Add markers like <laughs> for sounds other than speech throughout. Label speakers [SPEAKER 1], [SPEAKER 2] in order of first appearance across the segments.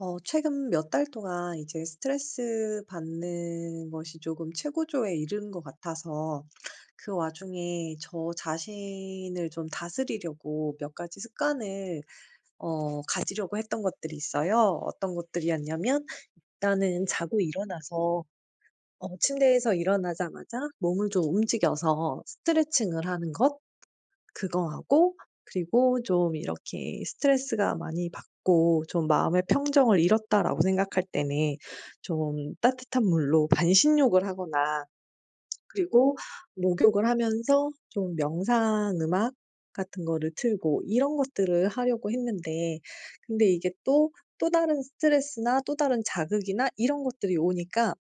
[SPEAKER 1] 최근 몇 달 동안 이제 스트레스 받는 것이 조금 최고조에 이른 것 같아서 그 와중에 저 자신을 좀 다스리려고 몇 가지 습관을 가지려고 했던 것들이 있어요. 어떤 것들이었냐면 나는 자고 일어나서 침대에서 일어나자마자 몸을 좀 움직여서 스트레칭을 하는 것? 그거 하고 그리고 좀 이렇게 스트레스가 많이 받고 좀 '마음의 평정을 잃었다.'라고 생각할 때는 좀 따뜻한 물로 반신욕을 하거나 그리고 목욕을 하면서 좀 명상 음악 같은 거를 틀고 이런 것들을 하려고 했는데 근데 이게 또, 또 다른 스트레스나 또 다른 자극이나 이런 것들이 오니까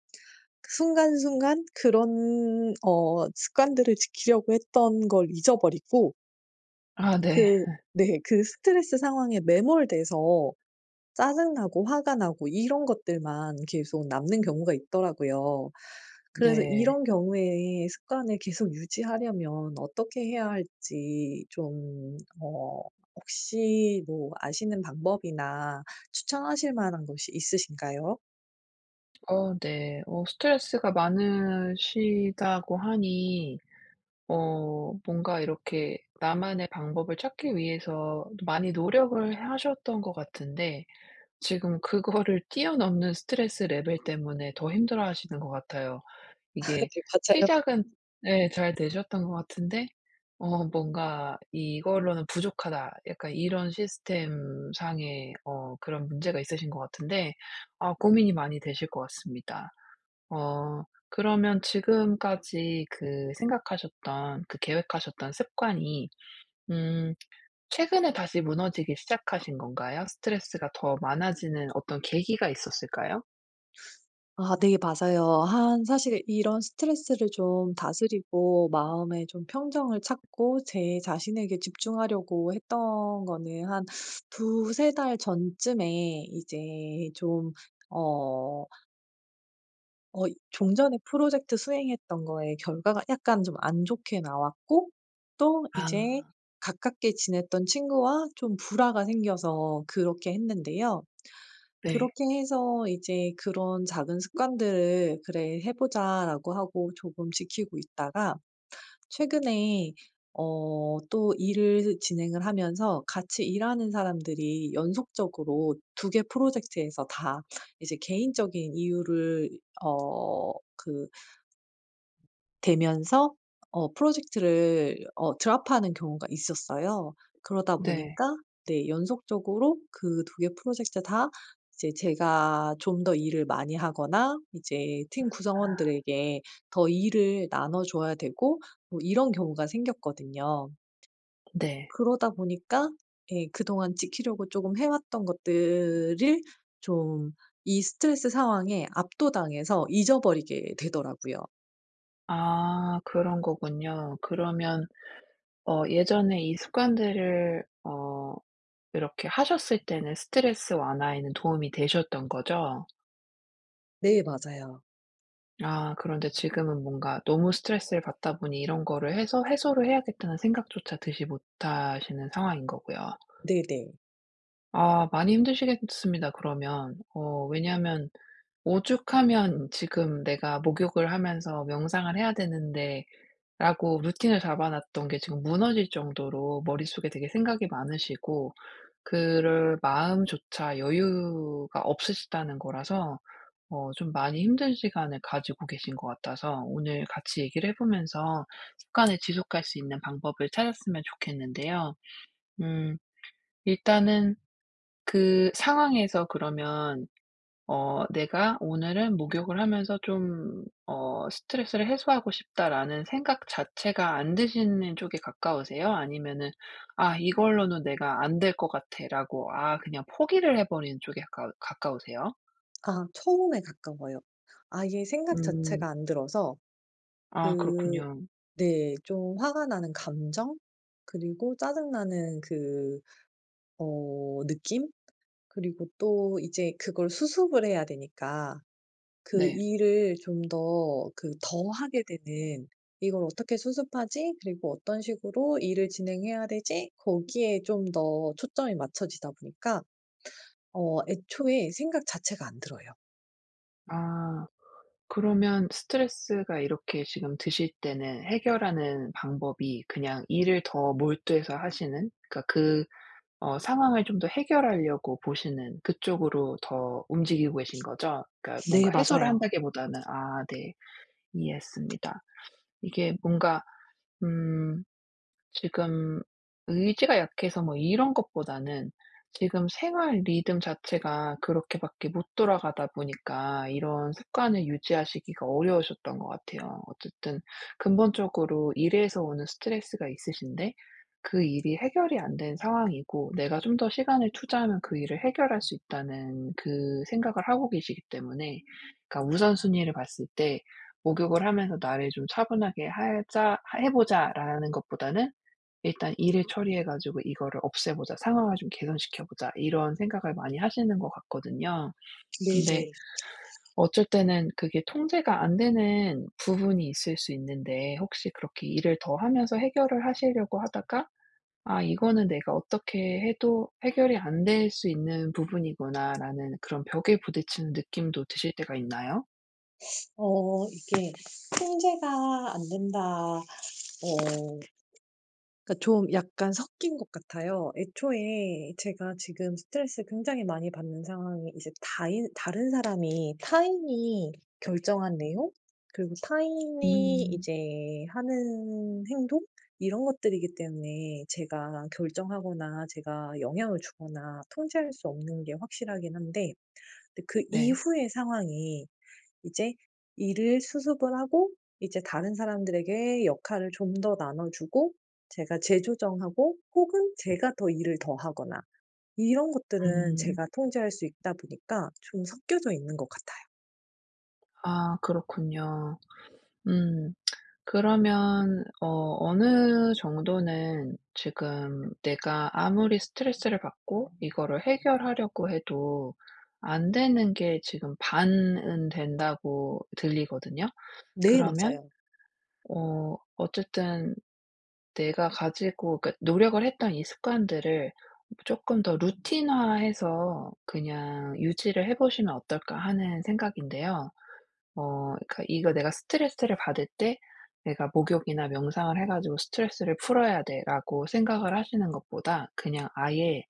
[SPEAKER 1] 그 순간순간 그런 습관들을 지키려고 했던 걸 잊어버리고
[SPEAKER 2] 아 네.
[SPEAKER 1] 그 네. 그 스트레스 상황에 매몰돼서 짜증 나고 화가 나고 이런 것들만 계속 남는 경우가 있더라고요. 그래서
[SPEAKER 2] 네.
[SPEAKER 1] 이런 경우에 습관을 계속 유지하려면 어떻게 해야 할지 혹시 뭐 아시는 방법이나 추천하실 만한 것이 있으신가요?
[SPEAKER 2] 네. 스트레스가 많으시다고 하니, 뭔가 이렇게 나만의 방법을 찾기 위해서 많이 노력을 하셨던 것 같은데, 지금 그거를 <laughs> 뛰어넘는 스트레스 레벨 때문에 더 힘들어하시는 것 같아요. 이게
[SPEAKER 1] 네.
[SPEAKER 2] 시작은 예 잘 되셨던 것 같은데, 뭔가 '이걸로는 부족하다.' 약간 이런 시스템상의 그런 문제가 있으신 것 같은데, 아 고민이 많이 되실 것 같습니다. 어 그러면 지금까지 그 생각하셨던, 그 계획하셨던 습관이 음 최근에 다시 무너지기 시작하신 건가요? 스트레스가 더 많아지는 어떤 계기가 있었을까요?
[SPEAKER 1] 아 네, 맞아요. 한 사실 이런 스트레스를 좀 다스리고 마음의 좀 평정을 찾고 제 자신에게 집중하려고 했던 거는 한 두세 달 전쯤에 이제 좀 어 어 종전에 프로젝트 수행했던 거에 결과가 약간 좀 안 좋게 나왔고 또
[SPEAKER 2] 아
[SPEAKER 1] 이제 가깝게 지냈던 친구와 좀 불화가 생겨서 그렇게 했는데요.
[SPEAKER 2] 네.
[SPEAKER 1] 그렇게 해서 이제 그런 작은 습관들을 '그래 해 보자.'라고 하고 조금 지키고 있다가 최근에 어 또 일을 진행을 하면서 같이 일하는 사람들이 연속적으로 두 개 프로젝트에서 다 이제 개인적인 이유를 어그 되면서 프로젝트를 드랍하는 경우가 있었어요. 그러다
[SPEAKER 2] 네.
[SPEAKER 1] 보니까 네, 연속적으로 그 두 개 프로젝트 다 이제 제가 좀 더 일을 많이 하거나 이제 팀
[SPEAKER 2] 아
[SPEAKER 1] 구성원들에게 더 일을 나눠 줘야 되고 뭐 이런 경우가 생겼거든요.
[SPEAKER 2] 네.
[SPEAKER 1] 그러다 보니까 예, 그동안 지키려고 쪼금 해 왔던 것들을 좀 이 스트레스 상황에 압도당해서 잊어버리게 되더라고요.
[SPEAKER 2] 아 그런 거군요. 그러면 예전에 이 습관들을 이렇게 하셨을 때는 스트레스 완화에는 도움이 되셨던 거죠?
[SPEAKER 1] 네 맞아요.
[SPEAKER 2] 아 그런데 지금은 뭔가 너무 스트레스를 받다 보니, 이런 거를 해서 '해소를 해야겠다.'는 생각조차 드시 못하시는 상황인 거고요.
[SPEAKER 1] 네네.
[SPEAKER 2] 아 많이 힘드시겠습니다 그러면. 왜냐하면 오죽하면 지금 '내가 목욕을 하면서 명상을 해야 되는데.'라고 루틴을 잡아 놨던 게 지금 무너질 정도로 머릿속에 되게 생각이 많으시고, 그럴 마음조차 여유가 없으시다는 거라서 좀 많이 힘든 시간을 가지고 계신 것 같아서, 오늘 같이 얘기를 해 보면서 습관을 지속할 수 있는 방법을 찾았으면 좋겠는데요. 음 일단은 그 상황에서 그러면, '내가 오늘은 목욕을 하면서 좀 스트레스를 해소하고 싶다.'라는 생각 자체가 안 드시는 쪽에 가까우세요? 아니면은 '아 이걸로는 내가 안 될 것 같아.'라고, 아 그냥 포기를 해버리는 쪽에 가까우세요?
[SPEAKER 1] 아 처음에 가까워요. 아예 생각
[SPEAKER 2] 음.
[SPEAKER 1] 자체가 안 들어서
[SPEAKER 2] 아
[SPEAKER 1] 그
[SPEAKER 2] 그렇군요.
[SPEAKER 1] 네, 좀 화가 나는 감정 그리고 짜증나는 느낌 그리고 또 이제 그걸 수습을 해야 되니까 그
[SPEAKER 2] 네.
[SPEAKER 1] 일을 좀 더 그 더 하게 되는 '이걸 어떻게 수습하지? 그리고 어떤 식으로 일을 진행해야 되지?' 거기에 좀 더 초점이 맞춰지다 보니까 애초에 생각 자체가 안 들어요.
[SPEAKER 2] 아 그러면 스트레스가 이렇게 지금 드실 때는 해결하는 방법이 그냥 일을 더 몰두해서 하시는, 그러니까 그 상황을 좀 더 해결하려고 보시는, 그쪽으로 더 움직이고 계신 거죠? 그러니까
[SPEAKER 1] 네
[SPEAKER 2] 뭔가 해소를
[SPEAKER 1] 맞아요.
[SPEAKER 2] 한다기보다는, 아 네. 이해했습니다. 이게 뭔가 음 지금 의지가 약해서 뭐 이런 것보다는, 지금 생활 리듬 자체가 그렇게밖에 못 돌아가다 보니까 이런 습관을 유지하시기가 어려우셨던 것 같아요. 어쨌든 근본적으로 일에서 오는 스트레스가 있으신데, 그 일이 해결이 안 된 상황이고, 내가 좀 더 시간을 투자하면 그 일을 해결할 수 있다는 그 생각을 하고 계시기 때문에, 그러니까 우선순위를 봤을 때 목욕을 하면서 '나를 좀 차분하게 하자, 해 보자.'라는 것보다는, '일단 일을 처리해 가지고 이거를 없애보자. 상황을 좀 개선시켜 보자.' 이런 생각을 많이 하시는 것 같거든요. 근데
[SPEAKER 1] 네네.
[SPEAKER 2] 어쩔 때는 그게 통제가 안 되는 부분이 있을 수 있는데, 혹시 그렇게 일을 더 하면서 해결을 하시려고 하다가 '아 이거는 내가 어떻게 해도 해결이 안 될 수 있는 부분이구나.'라는 그런 벽에 부딪히는 느낌도 드실 때가 있나요?
[SPEAKER 1] 이게 통제가 안 된다. 어 그러니까 좀 약간 섞인 것 같아요. 애초에 제가 지금 스트레스 굉장히 많이 받는 상황이 이제 다인 다른 사람이 타인이 결정한 내용 그리고 타인이
[SPEAKER 2] 음.
[SPEAKER 1] 이제 하는 행동 이런 것들이기 때문에 제가 결정하거나 제가 영향을 주거나 통제할 수 없는 게 확실하긴 한데 근데 그
[SPEAKER 2] 네.
[SPEAKER 1] 이후의 상황이 이제 일을 수습을 하고 이제 다른 사람들에게 역할을 좀 더 나눠 주고 제가 재조정하고 혹은 제가 더 일을 더 하거나 이런 것들은
[SPEAKER 2] 음.
[SPEAKER 1] 제가 통제할 수 있다 보니까 좀 섞여져 있는 것 같아요.
[SPEAKER 2] 아 그렇군요. 음. 그러면, 어느 정도는 지금 내가 아무리 스트레스를 받고 이거를 해결하려고 해도 안 되는 게 지금 반은 된다고 들리거든요.
[SPEAKER 1] 네,
[SPEAKER 2] 그러면
[SPEAKER 1] 맞아요.
[SPEAKER 2] 어쨌든 내가 가지고, 그러니까 노력을 했던 이 습관들을 조금 더 루틴화해서 그냥 유지를 해 보시면 어떨까 하는 생각인데요. 어 그러니까 이거, '내가 스트레스를 받을 때 내가 목욕이나 명상을 해 가지고 스트레스를 풀어야 돼.'라고 생각을 하시는 것보다, 그냥 아예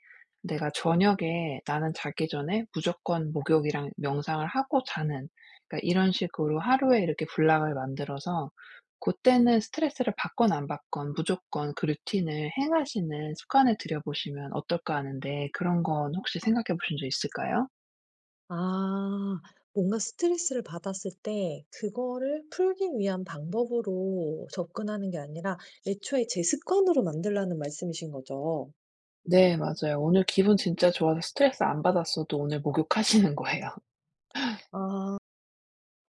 [SPEAKER 2] 내가 저녁에, 나는 자기 전에 무조건 목욕이랑 명상을 하고 자는, 그러니까 이런 식으로 하루에 이렇게 블록을 만들어서, 그때는 스트레스를 받건 안 받건 무조건 그 루틴을 행하시는 습관을 들여 보시면 어떨까 하는데, 그런 건 혹시 생각해 보신 적 있을까요?
[SPEAKER 1] 아, 뭔가 스트레스를 받았을 때 그거를 풀기 위한 방법으로 접근하는 게 아니라 애초에 제 습관으로 만들라는 말씀이신 거죠.
[SPEAKER 2] 네, 맞아요. 오늘 기분 진짜 좋아서 스트레스 안 받았어도 오늘 목욕하시는 <laughs> 거예요.
[SPEAKER 1] 아.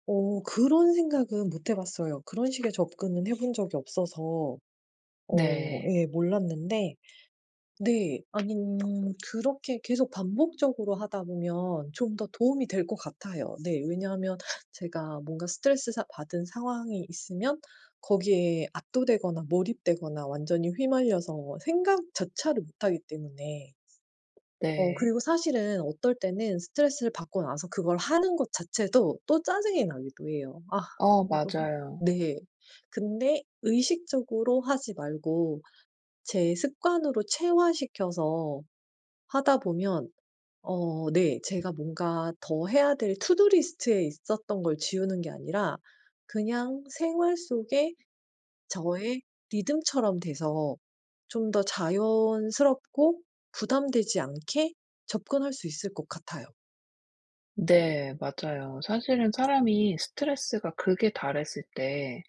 [SPEAKER 1] 그런 생각은 못해 봤어요. 그런 식의 접근은 해본 적이 없어서
[SPEAKER 2] 네.
[SPEAKER 1] 예, 몰랐는데 네 아니 그렇게 계속 반복적으로 하다 보면 좀 더 도움이 될 것 같아요. 네, 왜냐하면 제가 뭔가 스트레스 사 받은 상황이 있으면 거기에 압도되거나 몰입되거나 완전히 휘말려서 생각 자체를 못 하기 때문에.
[SPEAKER 2] 네.
[SPEAKER 1] 그리고 사실은 어떨 때는 스트레스를 받고 나서 그걸 하는 것 자체도 또 짜증이 나기도 해요. 아 이거
[SPEAKER 2] 맞아요.
[SPEAKER 1] 네. 근데 의식적으로 하지 말고 제 습관으로 체화시켜서 하다 보면 네, 제가 뭔가 더 해야 될 투두 리스트에 있었던 걸 지우는 게 아니라 그냥 생활 속에 저의 리듬처럼 돼서 좀 더 자연스럽고 부담되지 않게 접근할 수 있을 것 같아요.
[SPEAKER 2] 네, 맞아요. 사실은 사람이 스트레스가 극에 달했을 때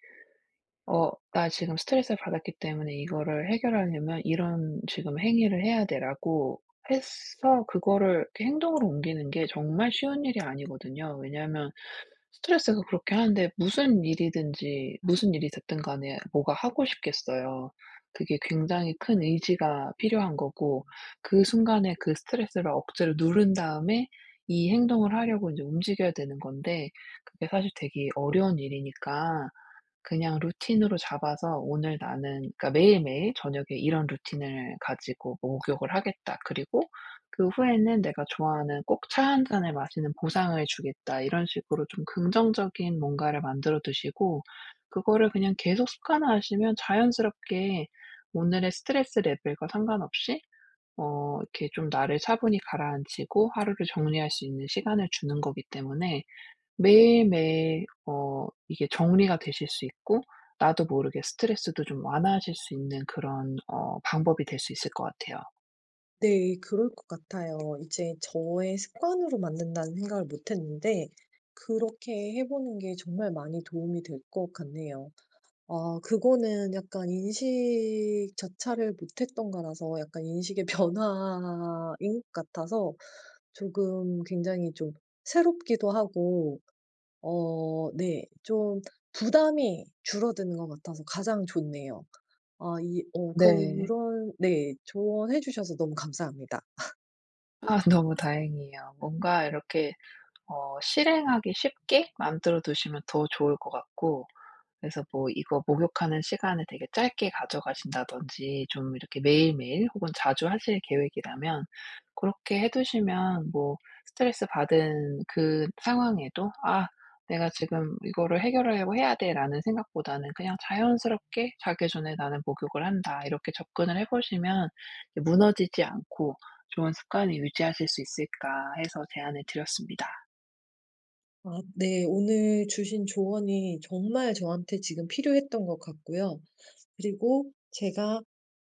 [SPEAKER 2] '어 나 지금 스트레스를 받았기 때문에 이거를 해결하려면 이런 지금 행위를 해야 돼.'라고 해서 그거를 이렇게 행동으로 옮기는 게 정말 쉬운 일이 아니거든요. 왜냐하면 스트레스가 그렇게 하는데, 무슨 일이든지 무슨 일이 됐든 간에 뭐가 하고 싶겠어요. 그게 굉장히 큰 의지가 필요한 거고, 그 순간에 그 스트레스를 억지로 누른 다음에 이 행동을 하려고 인제 움직여야 되는 건데, 그게 사실 되게 어려운 일이니까 그냥 루틴으로 잡아서, '오늘 나는', 그러니까 매일매일 저녁에 '이런 루틴을 가지고 목욕을 하겠다. 그리고 그 후에는 내가 좋아하는 꼭 차 한 잔을 마시는 보상을 주겠다.' 이런 식으로 좀 긍정적인 뭔가를 만들어 두시고, 그거를 그냥 계속 습관화하시면 자연스럽게 오늘의 스트레스 레벨과 상관없이 이렇게 좀 나를 차분히 가라앉히고 하루를 정리할 수 있는 시간을 주는 거기 때문에, 매일매일 이게 정리가 되실 수 있고, 나도 모르게 스트레스도 좀 완화하실 수 있는 그런 방법이 될 수 있을 것 같아요.
[SPEAKER 1] 네. 그럴 것 같아요. 이제 저의 습관으로 만든다는 생각을 못 했는데 그렇게 해 보는 게 정말 많이 도움이 될 것 같네요. 아 그거는 약간 인식 자체를 못 했던 거라서 약간 인식의 <laughs> 변화인 것 같아서 조금 굉장히 좀 새롭기도 하고 네. 좀 부담이 줄어드는 것 같아서 가장 좋네요. 아 이 어
[SPEAKER 2] 네.
[SPEAKER 1] 그런 네. 조언해 주셔서 너무 감사합니다.
[SPEAKER 2] 아 <laughs> 너무 다행이에요. 뭔가 이렇게 실행하기 쉽게 만들어 두시면 더 좋을 것 같고, 그래서 뭐 이거 목욕하는 시간을 되게 짧게 가져가신다든지, 좀 이렇게 매일매일 혹은 자주 하실 계획이라면 그렇게 해 두시면, 뭐 스트레스 받은 그 상황에도 '아 내가 지금 이거를 해결하려고 해야 돼.'라는 생각보다는 그냥 자연스럽게 '자기 전에 나는 목욕을 한다.' 이렇게 접근을 해 보시면 이 '무너지지 않고 좋은 습관을 유지하실 수 있을까.' 해서 제안을 드렸습니다.
[SPEAKER 1] 아 네. 오늘 주신 조언이 정말 저한테 지금 필요했던 것 같고요. 그리고 제가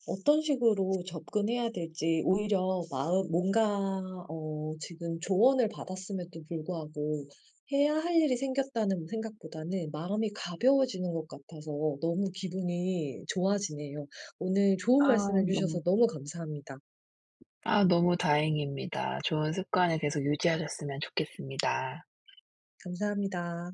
[SPEAKER 1] 어떤 식으로 접근해야 될지 오히려 마음 뭔가 지금 조언을 받았음에도 불구하고 해야 할 일이 생겼다는 생각보다는 마음이 가벼워지는 것 같아서 너무 기분이 좋아지네요. 오늘 좋은
[SPEAKER 2] 아
[SPEAKER 1] 말씀해
[SPEAKER 2] 너무
[SPEAKER 1] 주셔서 너무 감사합니다.
[SPEAKER 2] 아 너무 다행입니다. 좋은 습관을 계속 유지하셨으면 좋겠습니다.
[SPEAKER 1] 감사합니다.